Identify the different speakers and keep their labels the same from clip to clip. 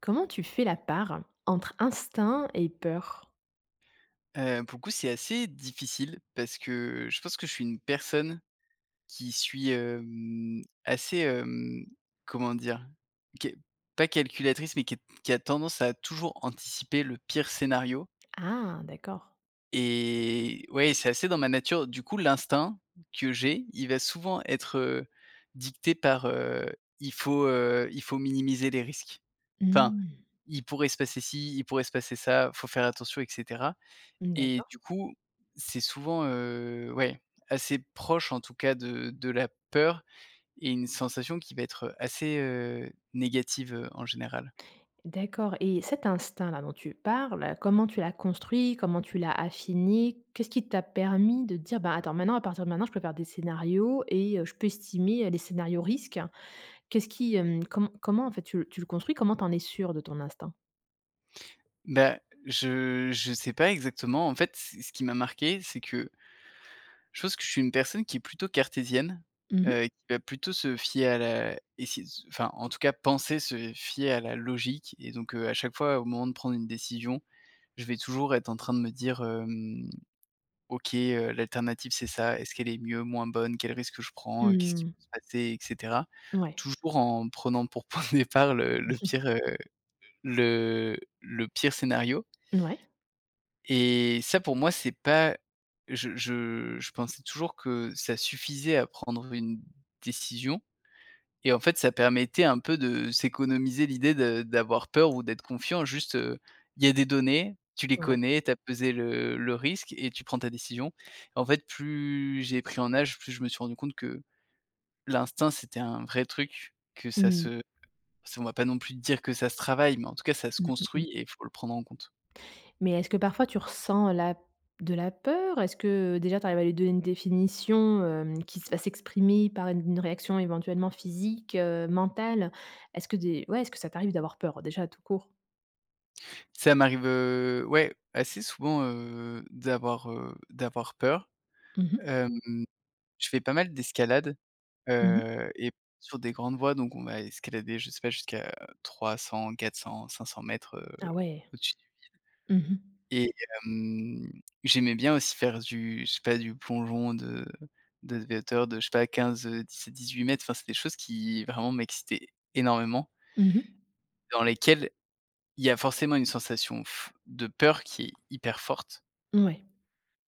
Speaker 1: Comment tu fais la part entre instinct et peur?
Speaker 2: Pour le coup, c'est assez difficile parce que je pense que je suis une personne qui suis, assez, comment dire? Qui est pas calculatrice, mais qui a tendance à toujours anticiper le pire scénario
Speaker 1: Ah, d'accord.
Speaker 2: et ouais, c'est assez dans ma nature. Du coup, l'instinct que j'ai, il va souvent être, dicté par, il faut minimiser les risques. Enfin,
Speaker 1: Mmh.
Speaker 2: il pourrait se passer ci, il pourrait se passer ça, faut faire attention, etc. Et
Speaker 1: D'accord,
Speaker 2: du coup, c'est souvent, ouais, assez proche en tout cas de la peur et une sensation qui va être assez, négative, en général.
Speaker 1: d'accord, et cet instinct-là dont tu parles, comment tu l'as construit? Comment tu l'as affiné? Qu'est-ce qui t'a permis de dire: «Bah, attends, maintenant, à partir de maintenant, je peux faire des scénarios et je peux estimer, les scénarios risques»? Qu'est-ce qui, comment, en fait, tu le construis? Comment t'en en es sûr de ton instinct?
Speaker 2: Bah, je sais pas exactement. En fait, c ce qui m'a marqué, c'est que je pense que je suis une personne qui est plutôt cartésienne,
Speaker 1: Mmh mh.
Speaker 2: qui va plutôt se fier à la essayer de enfin, en tout cas penser se fier à la logique et donc, à chaque fois au moment de prendre une décision, je vais toujours être en train de me dire: OK, l'alternative c'est ça, est-ce qu'elle est mieux, moins bonne? Quel risque je prends? Qu'est-ce qui peut
Speaker 1: Mmh.
Speaker 2: se passer, et cetera?
Speaker 1: Ouais.
Speaker 2: Toujours en prenant pour point de départ le pire scénario.
Speaker 1: Ouais.
Speaker 2: Et ça, pour moi, c'est pas je pensais toujours que ça suffisait à prendre une décision et en fait, ça permettait un peu de s'économiser l'idée de d'avoir peur ou d'être confiant. Juste, il y a des données, tu les
Speaker 1: Ouais.
Speaker 2: connais, tu as pesé le risque et tu prends ta décision. En fait, plus j'ai pris en âge, plus je me suis rendu compte que l'instinct, c'était un vrai truc, que ça
Speaker 1: Mmh.
Speaker 2: se on va pas non plus dire que ça se travaille, mais en tout cas, ça se
Speaker 1: Mmh mh.
Speaker 2: construit et il faut le prendre en compte.
Speaker 1: Mais est-ce que parfois tu ressens la de la peur? Est-ce que déjà tu arrives à lui donner une définition, qui s va s'exprimer par une réaction éventuellement physique, mentale? Est-ce que des ouais, est-ce que ça t'arrive d'avoir peur déjà tout court?
Speaker 2: Ça m'arrive, ouais, assez souvent, d'avoir peur.
Speaker 1: Mmh mh.
Speaker 2: Hem, je fais pas mal d'escalade,
Speaker 1: Mmh.
Speaker 2: Et sur des grandes voies, donc on va escalader, je sais pas, jusqu'à 300-400-500 m,
Speaker 1: Ah ouais.
Speaker 2: au-dessus.
Speaker 1: Mmh mh.
Speaker 2: Et hem, j'aimais bien aussi faire du je sais pas, du plongeon de hauteur de, je sais pas, 15 18 mètres. Enfin, c'est des choses qui vraiment m'excitaient énormément,
Speaker 1: Mmh.
Speaker 2: dans lesquelles il y a forcément une sensation f de peur qui est hyper forte.
Speaker 1: Ouais.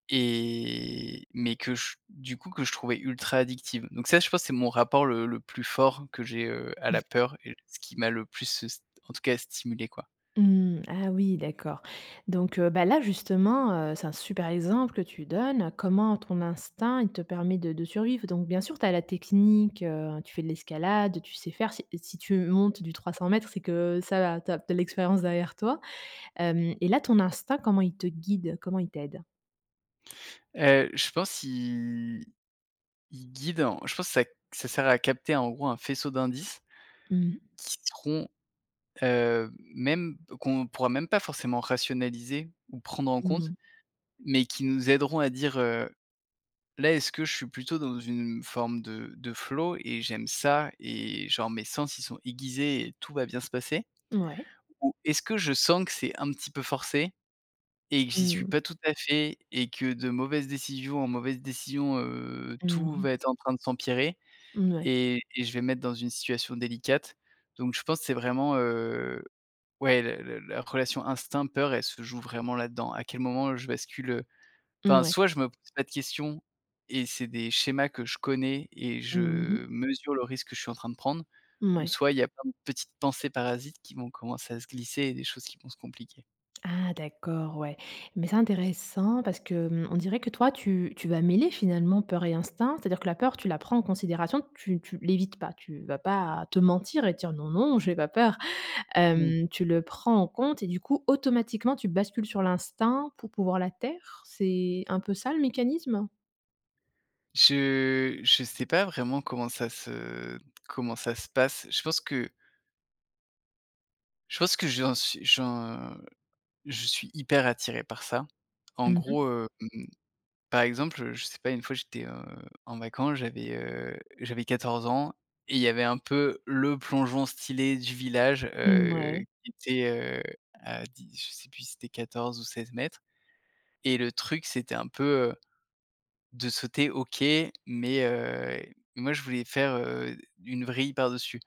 Speaker 2: Et mais que je du coup, que je trouvais ultra addictive. Donc ça, je pense, que c'est mon rapport le plus fort que j'ai, à la peur et ce qui m'a le plus, st en tout cas stimulé, quoi.
Speaker 1: Mmh. Ah oui, d'accord. Donc, bah, là, justement, c'est un super exemple que tu donnes, comment ton instinct, il te permet de survivre. Donc, bien sûr, tu as la technique, tu fais de l'escalade, tu sais faire. Si tu montes du 300 m, c'est que ça va, tu as de l'expérience derrière toi. Hem et là, ton instinct, comment il te guide? Comment il t'aide?
Speaker 2: Je pense il guide en je pense que ça sert à capter, en gros, un faisceau d'indices
Speaker 1: Mmh mh.
Speaker 2: qui seront, même qu'on pourra même pas forcément rationaliser ou prendre en compte,
Speaker 1: Mmh.
Speaker 2: mais qui nous aideront à dire: là, est-ce que je suis plutôt dans une forme de flow et j'aime ça et genre mes sens, ils sont aiguisés et tout va bien se passer?
Speaker 1: Mmh. Ouais.
Speaker 2: Ou est-ce que je sens que c'est un petit peu forcé et que j'y
Speaker 1: Mmh.
Speaker 2: suis
Speaker 1: Ouais.
Speaker 2: pas tout à fait et que de mauvaise décision en mauvaise décision,
Speaker 1: Mmh
Speaker 2: tout
Speaker 1: mh.
Speaker 2: va être en train de s'empirer
Speaker 1: Mouais.
Speaker 2: et je vais me mettre dans une situation délicate? Donc je pense que c'est vraiment, ouais, le la relation instinct, peur, elle se joue vraiment là-dedans. À quel moment je bascule. Enfin,
Speaker 1: Mouais.
Speaker 2: soit je me pose pas de questions et c'est des schémas que je connais et je
Speaker 1: Mmh.
Speaker 2: mesure le risque que je suis en train de prendre, ou soit il y a plein de petites pensées parasites qui vont commencer à se glisser et des choses qui vont se compliquer.
Speaker 1: Ah d'accord, ouais. Mais c'est intéressant parce que, on dirait que toi tu vas mêler finalement peur et instinct, c'est-à-dire que la peur, tu la prends en considération, tu l'évites pas, tu vas pas te mentir et dire: «Non, non, j'ai pas peur».
Speaker 2: Mmh.
Speaker 1: Tu le prends en compte et du coup, automatiquement, tu bascules sur l'instinct pour pouvoir la taire? C'est un peu ça le mécanisme?
Speaker 2: Je sais pas vraiment comment ça se passe. Je pense que j'en suis j'en je suis hyper attiré par ça. En
Speaker 1: Mmh mh.
Speaker 2: gros, hem par exemple, je sais pas, une fois j'étais, en vacances, j'avais 14 ans et il y avait un peu le plongeon stylé du village, qui était, à 10, je sais plus si c'était 14 ou 16 mètres. Et le truc, c'était un peu, heu, de sauter, OK, mais moi je voulais faire, une vrille par-dessus.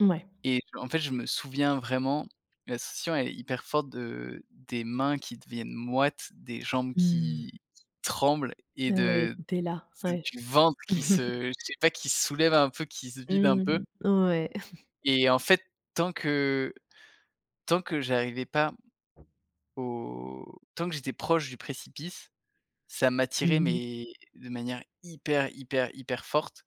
Speaker 1: Ouais.
Speaker 2: Et en fait, je me souviens vraiment, la sensation elle est hyper forte de des mains qui deviennent moites, des jambes
Speaker 1: Mmh.
Speaker 2: qui tremblent et
Speaker 1: Ah ouais,
Speaker 2: de
Speaker 1: t'es là,
Speaker 2: c'est
Speaker 1: ouais.
Speaker 2: du ventre qui se je sais pas, qui se soulève un peu, qui se vide un peu.
Speaker 1: Mmh. Ouais.
Speaker 2: Et en fait, tant que tant que j'arrivais pas au tant que j'étais proche du précipice, ça m'attirait,
Speaker 1: Mmh.
Speaker 2: mais de manière hyper, hyper, hyper forte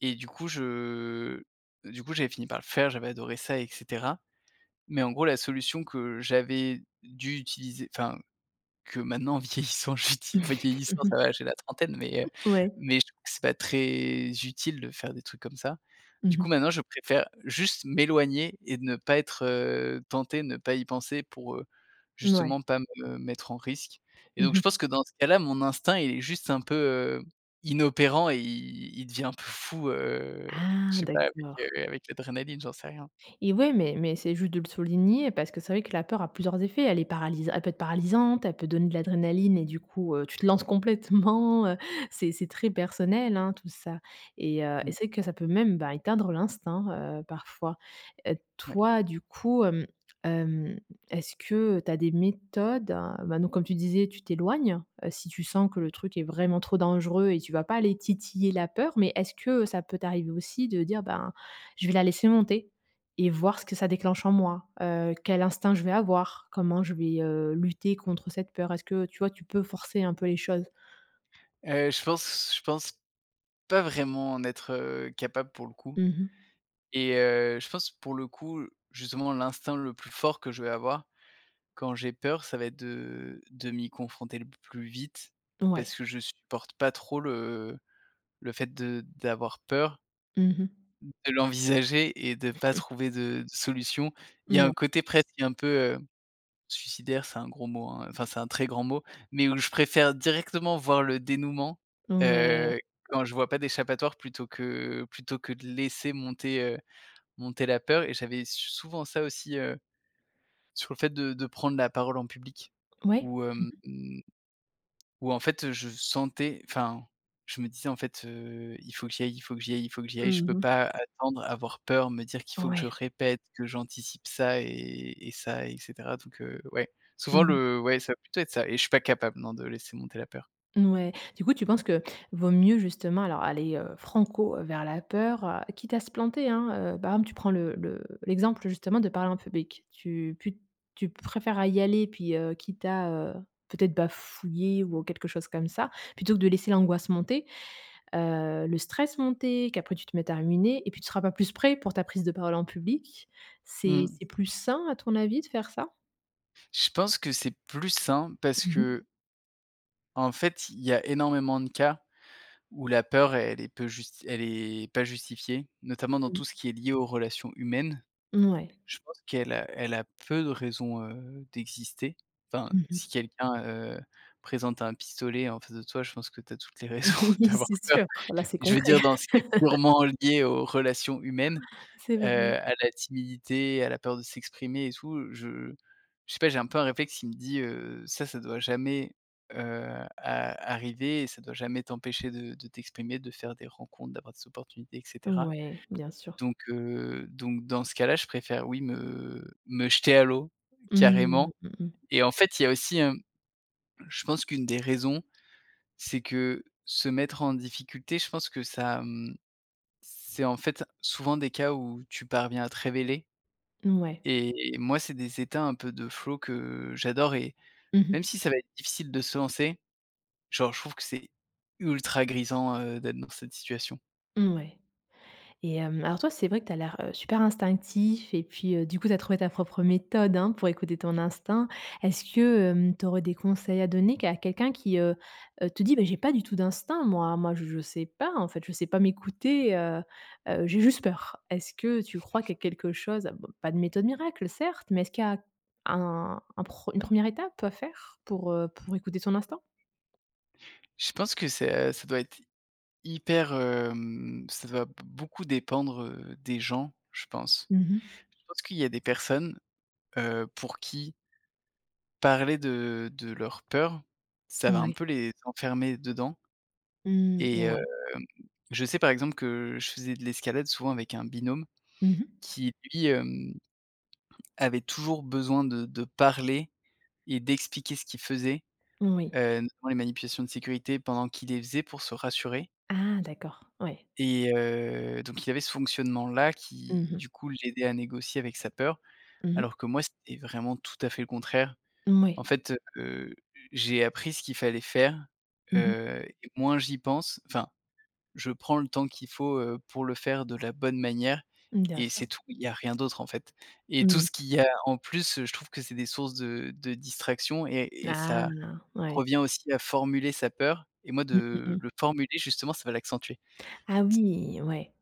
Speaker 2: et du coup, je du coup, j'avais fini par le faire, j'avais adoré ça, et cetera. Mais en gros, la solution que j'avais dû utiliser, enfin, que maintenant, vieillissant, j'uti enfin, vieillissant, ça va, j'ai la trentaine,
Speaker 1: Ouais.
Speaker 2: mais je trouve que c'est pas très utile de faire des trucs comme ça.
Speaker 1: Mmh
Speaker 2: Du coup,
Speaker 1: mh.
Speaker 2: maintenant, je préfère juste m'éloigner et ne pas être, tenté, ne pas y penser pour,
Speaker 1: Mouais.
Speaker 2: justement pas me mettre en risque et donc je
Speaker 1: Mmh.
Speaker 2: pense que dans ce cas-là, mon instinct, il est juste un peu, inopérant et il devient un peu fou, je
Speaker 1: Ah
Speaker 2: sais pas
Speaker 1: d'accord.
Speaker 2: avec l'adrénaline, j'en sais rien.
Speaker 1: Et ouais, mais c'est juste de le souligner parce que c'est vrai que la peur a plusieurs effets. Elle peut être paralysante, elle peut donner de l'adrénaline et du coup, tu te lances complètement, c'est très personnel, hein, tout ça et
Speaker 2: Mmh,
Speaker 1: c'est vrai que ça peut même, bah, éteindre l'instinct, parfois.
Speaker 2: ouais.
Speaker 1: Toi, du coup, hem, est-ce que tu as des méthodes, hein, bah, donc comme tu disais, tu t'éloignes, si tu sens que le truc est vraiment trop dangereux et tu vas pas aller titiller la peur, mais est-ce que ça peut t'arriver aussi de dire: «Ben, je vais la laisser monter»? Et voir ce que ça déclenche en moi, quel instinct je vais avoir, comment je vais, lutter contre cette peur. Est-ce que tu vois, tu peux forcer un peu les choses.
Speaker 2: Je pense je pense pas vraiment en être, capable pour le coup.
Speaker 1: Mmh.
Speaker 2: Et je pense pour le coup, justement, l'instinct le plus fort que je vais avoir quand j'ai peur, ça va être de m'y confronter le plus vite
Speaker 1: Ouais.
Speaker 2: parce que je supporte pas trop le fait de d'avoir peur,
Speaker 1: Mmh mh.
Speaker 2: de l'envisager et de pas trouver de solution. Il y a
Speaker 1: Mmh. Ouais.
Speaker 2: un côté presque un peu, suicidaire, c'est un gros mot, hein, enfin c'est un très grand mot, mais où je préfère directement voir le dénouement, heu,
Speaker 1: Ouais.
Speaker 2: quand je vois pas d'échappatoire, plutôt que de laisser monter la peur et j'avais souvent ça aussi, sur le fait de prendre la parole en public
Speaker 1: Ouais.
Speaker 2: où,
Speaker 1: Mmh
Speaker 2: hem,
Speaker 1: mh.
Speaker 2: où en fait, je sentais, enfin, je me disais en fait, Il faut que j'y aille, il faut que j'y aille, il faut que j'y aille ». Je peux
Speaker 1: Mmh.
Speaker 2: pas attendre, avoir peur, me dire qu'il faut que
Speaker 1: Ouais.
Speaker 2: je répète, que j'anticipe ça et ça, et cetera. Donc ouais, souvent
Speaker 1: Mmh.
Speaker 2: le ouais, ça va plutôt être ça et je suis pas capable, non, de laisser monter la peur.
Speaker 1: Ouais. Du coup, tu penses que vaut mieux justement alors aller, franco, vers la peur, quitte à se planter, hein, par exemple, tu prends le l'exemple justement de parler en public. Tu préfères à y aller puis, quitte à, peut-être bafouiller ou quelque chose comme ça, plutôt que de laisser l'angoisse monter, le stress monter, qu'après tu te mettes à ruminer et puis tu seras pas plus prêt pour ta prise de parole en public. C'est
Speaker 2: Mmh.
Speaker 1: c'est plus sain à ton avis de faire ça?
Speaker 2: Je pense que c'est plus sain parce
Speaker 1: Mmh mh.
Speaker 2: que en fait, il y a énormément de cas où la peur, elle est peu justi elle est pas justifiée, notamment dans
Speaker 1: Mmh.
Speaker 2: tout ce qui est lié aux relations humaines.
Speaker 1: Mouais.
Speaker 2: Je pense qu'elle a peu de raisons, d'exister. Enfin, si quelqu'un, présente un pistolet en face de toi, je pense que tu as toutes les raisons
Speaker 1: Oui.
Speaker 2: d'avoir
Speaker 1: C'est
Speaker 2: peur.
Speaker 1: sûr, là, c'est
Speaker 2: Je veux
Speaker 1: concret.
Speaker 2: dire, dans ce qui est purement lié aux relations humaines.
Speaker 1: C'est
Speaker 2: Heu,
Speaker 1: vrai.
Speaker 2: à la timidité, à la peur de s'exprimer et tout, je sais pas, j'ai un peu un réflexe qui me dit, Ça, ça doit jamais, heu, a arriver et ça doit jamais t'empêcher de t'exprimer, de faire des rencontres, d'avoir des opportunités, et cetera ».
Speaker 1: Ouais, bien sûr.
Speaker 2: Donc dans ce cas-là, je préfère, oui, me jeter à l'eau,
Speaker 1: Mmh,
Speaker 2: carrément.
Speaker 1: mmh mh.
Speaker 2: Et en fait, il y a aussi, je pense qu'une des raisons, c'est que se mettre en difficulté, je pense que ça, c'est en fait souvent des cas où tu parviens à te révéler.
Speaker 1: Mouais.
Speaker 2: Et moi, c'est des états un peu de flow que j'adore et,
Speaker 1: Mmh mh.
Speaker 2: même si ça va être difficile de se lancer, genre, je trouve que c'est ultra grisant, d'être dans cette situation.
Speaker 1: Mouais, et alors toi, c'est vrai que tu as l'air, super instinctif et puis, du coup, tu as trouvé ta propre méthode, hein, pour écouter ton instinct. Est-ce que, tu aurais des conseils à donner à quelqu'un qui, te dit: «Beh, j'ai pas du tout d'instinct moi, moi je sais pas en fait, je sais pas m'écouter, j'ai juste peur». Est-ce que tu crois qu'il y a quelque chose ah bon, pas de méthode miracle certes, mais est-ce qu'il y a un pre une première étape à faire pour écouter son instinct?
Speaker 2: Je pense que ça doit être hyper, ça doit b beaucoup dépendre, des gens, je pense.
Speaker 1: Mmh mh.
Speaker 2: Je pense qu'il y a des personnes, pour qui parler de leurs peurs, ça va un
Speaker 1: Mouais.
Speaker 2: peu les enfermer dedans
Speaker 1: Mmh,
Speaker 2: et
Speaker 1: ouais.
Speaker 2: je sais par exemple que je faisais de l'escalade souvent avec un binôme
Speaker 1: Mmh mh.
Speaker 2: qui, lui, hem avait toujours besoin de parler et d'expliquer ce qu'il faisait,
Speaker 1: Oui.
Speaker 2: notamment les manipulations de sécurité pendant qu'il les faisait pour se rassurer
Speaker 1: Ah d'accord, ouais.
Speaker 2: et donc il avait ce fonctionnement-là qui,
Speaker 1: Mmh mh.
Speaker 2: du coup, l'aidait à négocier avec sa peur,
Speaker 1: Mmh mh.
Speaker 2: alors que moi, c'était vraiment tout à fait le contraire.
Speaker 1: Mouais.
Speaker 2: En fait, j'ai appris ce qu'il fallait faire,
Speaker 1: Mmh mh.
Speaker 2: et moins j'y pense enfin je prends le temps qu'il faut, pour le faire de la bonne manière
Speaker 1: Mmh, bien
Speaker 2: et
Speaker 1: sûr.
Speaker 2: c'est tout. Il y a rien d'autre, en fait, et tout
Speaker 1: Mmh.
Speaker 2: ce qu'il y a en plus, je trouve que c'est des sources de distraction et
Speaker 1: Ah
Speaker 2: ça
Speaker 1: ouais.
Speaker 2: revient aussi à formuler sa peur et moi,
Speaker 1: Mmh mh
Speaker 2: de
Speaker 1: mh.
Speaker 2: le formuler justement, ça va l'accentuer.
Speaker 1: Ah oui, ouais.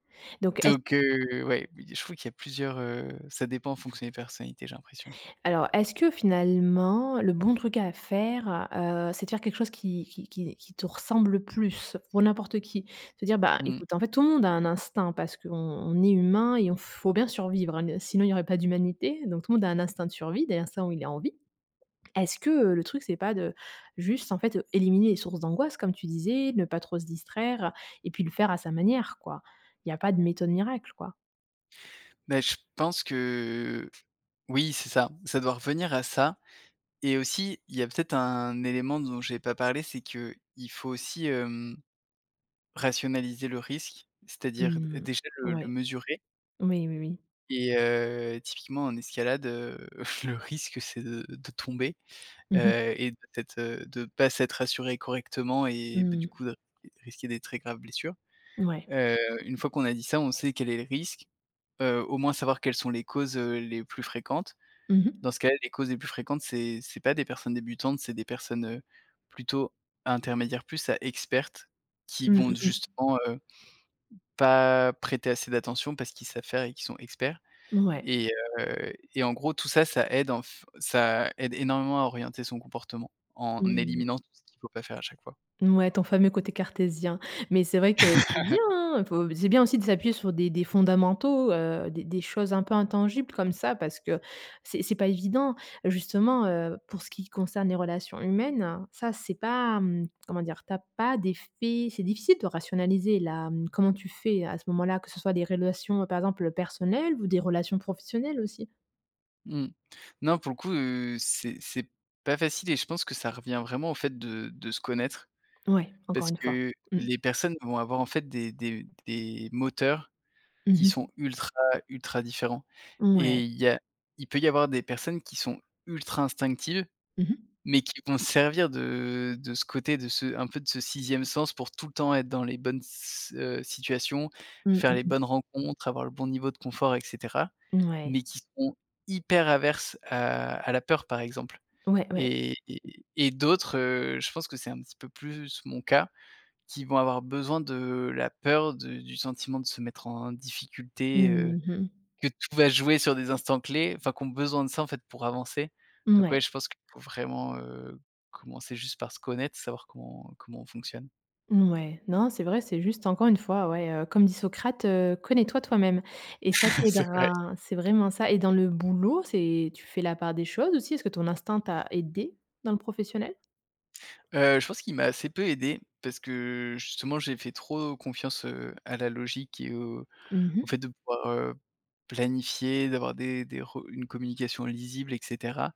Speaker 1: Donc
Speaker 2: Donc
Speaker 1: est-ce
Speaker 2: ouais, oui, je trouve qu'il y a plusieurs, ça dépend en fonction des personnalités, j'ai l'impression.
Speaker 1: alors est-ce que finalement le bon truc à faire, c'est de faire quelque chose qui te ressemble le plus pour n'importe qui? Se dire: «Bah
Speaker 2: Mmh.
Speaker 1: écoute, en fait tout le monde a un instinct parce qu'on est humain et on faut bien survivre, hein, sinon il y aurait pas d'humanité». Donc tout le monde a un instinct de survie, des instincts où il a envie. Est-ce que, le truc, c'est pas de juste, en fait, éliminer les sources d'angoisse comme tu disais, ne pas trop se distraire et puis le faire à sa manière, quoi? Il y a pas de méthode miracle, quoi.
Speaker 2: Bah, je pense que oui, c'est ça, ça doit revenir à ça et aussi, il y a peut-être un élément dont je n'ai pas parlé, c'est que il faut aussi, hem rationaliser le risque, c'est-à-dire d
Speaker 1: Mmh.
Speaker 2: déjà le
Speaker 1: Ouais.
Speaker 2: mesurer
Speaker 1: Oui, oui, oui.
Speaker 2: et typiquement en escalade, le risque c'est de tomber,
Speaker 1: Mmh mh.
Speaker 2: et de être, de pas s'être assuré correctement et bah, du
Speaker 1: Mmh.
Speaker 2: coup de risquer des très graves blessures.
Speaker 1: Ouais.
Speaker 2: Heu, une fois qu'on a dit ça, on sait quel est le risque, au moins savoir quelles sont les causes, les plus fréquentes.
Speaker 1: Mmh mh.
Speaker 2: Dans ce cas-là, les causes les plus fréquentes, c'est pas des personnes débutantes, c'est des personnes, plutôt intermédiaires plus à expertes, qui
Speaker 1: Mmh,
Speaker 2: vont
Speaker 1: mmh.
Speaker 2: justement, pas prêter assez d'attention parce qu'ils savent faire et qu'ils sont experts
Speaker 1: Ouais.
Speaker 2: et et en gros tout ça, ça aide en f ça aide énormément à orienter son comportement, en
Speaker 1: Mmh.
Speaker 2: éliminant tout ce qu'il ne faut pas faire à chaque fois.
Speaker 1: Ouais, ton fameux côté cartésien. Mais c'est vrai que c'est bien, hein, faut c'est bien aussi de s'appuyer sur des fondamentaux, des choses un peu intangibles comme ça parce que c'est pas évident. Justement, pour ce qui concerne les relations humaines, ça c'est pas, comment dire? T'as pas des faits, c'est difficile de rationaliser là, comment tu fais à ce moment-là, que ce soit des relations, par exemple, personnelles ou des relations professionnelles aussi?
Speaker 2: Mmh. Non, pour le coup, c'est pas facile et je pense que ça revient vraiment au fait de se connaître
Speaker 1: Ouais, encore
Speaker 2: parce
Speaker 1: une fois.
Speaker 2: que
Speaker 1: Mmh.
Speaker 2: les personnes vont avoir en fait des moteurs qui
Speaker 1: Mmh.
Speaker 2: sont ultra, ultra différents
Speaker 1: Ouais.
Speaker 2: et il peut y avoir des personnes qui sont ultra instinctives,
Speaker 1: Mmh mh.
Speaker 2: mais qui vont se servir de ce côté, de ce un peu de ce sixième sens pour tout le temps être dans les bonnes s situations,
Speaker 1: Mmh,
Speaker 2: faire les
Speaker 1: mmh.
Speaker 2: bonnes rencontres, avoir le bon niveau de confort, et cetera,
Speaker 1: Ouais.
Speaker 2: mais qui sont hyper averses à la peur, par exemple
Speaker 1: Ouais, ouais.
Speaker 2: et et d'autres, je pense que c'est un petit peu plus mon cas, qui vont avoir besoin de la peur, de du sentiment de se mettre en difficulté,
Speaker 1: Mmh.
Speaker 2: que tout va jouer sur des instants clés, enfin, qu'on ont besoin de ça, en fait, pour avancer. Donc ouais,
Speaker 1: Ouais,
Speaker 2: je pense qu'il faut vraiment, commencer juste par se connaître, savoir comment on fonctionne.
Speaker 1: ouais, non, c'est vrai, c'est juste encore une fois, ouais, comme dit Socrate: «Connais-toi toi-même» et ça
Speaker 2: C'est vrai.
Speaker 1: t'aidera. C'est vraiment ça et dans le boulot, c'est tu fais la part des choses aussi? Est-ce que ton instinct t'a aidé dans le professionnel?
Speaker 2: Je pense qu'il m'a assez peu aidé parce que justement, j'ai fait trop confiance, à la logique et au
Speaker 1: Mmh
Speaker 2: au
Speaker 1: mh.
Speaker 2: fait de pouvoir, planifier, d'avoir des re une communication lisible, et cetera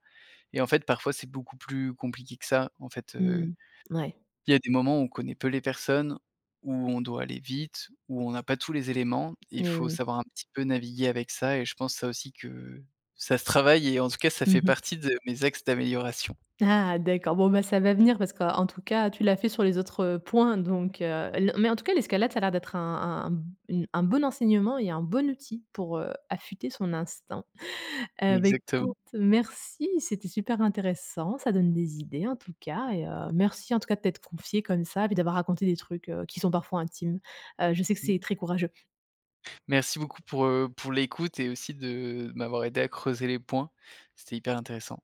Speaker 2: et en fait, parfois, c'est beaucoup plus compliqué que ça, en fait,
Speaker 1: Mmh. Ouais
Speaker 2: il y a des moments où on connaît peu les personnes, où on doit aller vite, où on n'a pas tous les éléments. Il
Speaker 1: et
Speaker 2: faut
Speaker 1: oui.
Speaker 2: savoir un petit peu naviguer avec ça et je pense ça aussi que ça se travaille et en tout cas, ça fait
Speaker 1: Mmh.
Speaker 2: partie de mes axes d'amélioration.
Speaker 1: Ah d'accord, bon, bah, ça va venir parce qu'en tout cas, tu l'as fait sur les autres, points donc l mais en tout cas, l'escalade, ça a l'air d'être un bon enseignement et un bon outil pour, affûter son instinct. Bah, écoute,
Speaker 2: Exactement.
Speaker 1: merci, c'était super intéressant, ça donne des idées en tout cas et merci en tout cas de t'être confié comme ça, et puis d'avoir raconté des trucs, qui sont parfois intimes. Je sais que c'est très courageux.
Speaker 2: Merci beaucoup pour l'écoute et aussi de m'avoir aidé à creuser les points. C'était hyper intéressant.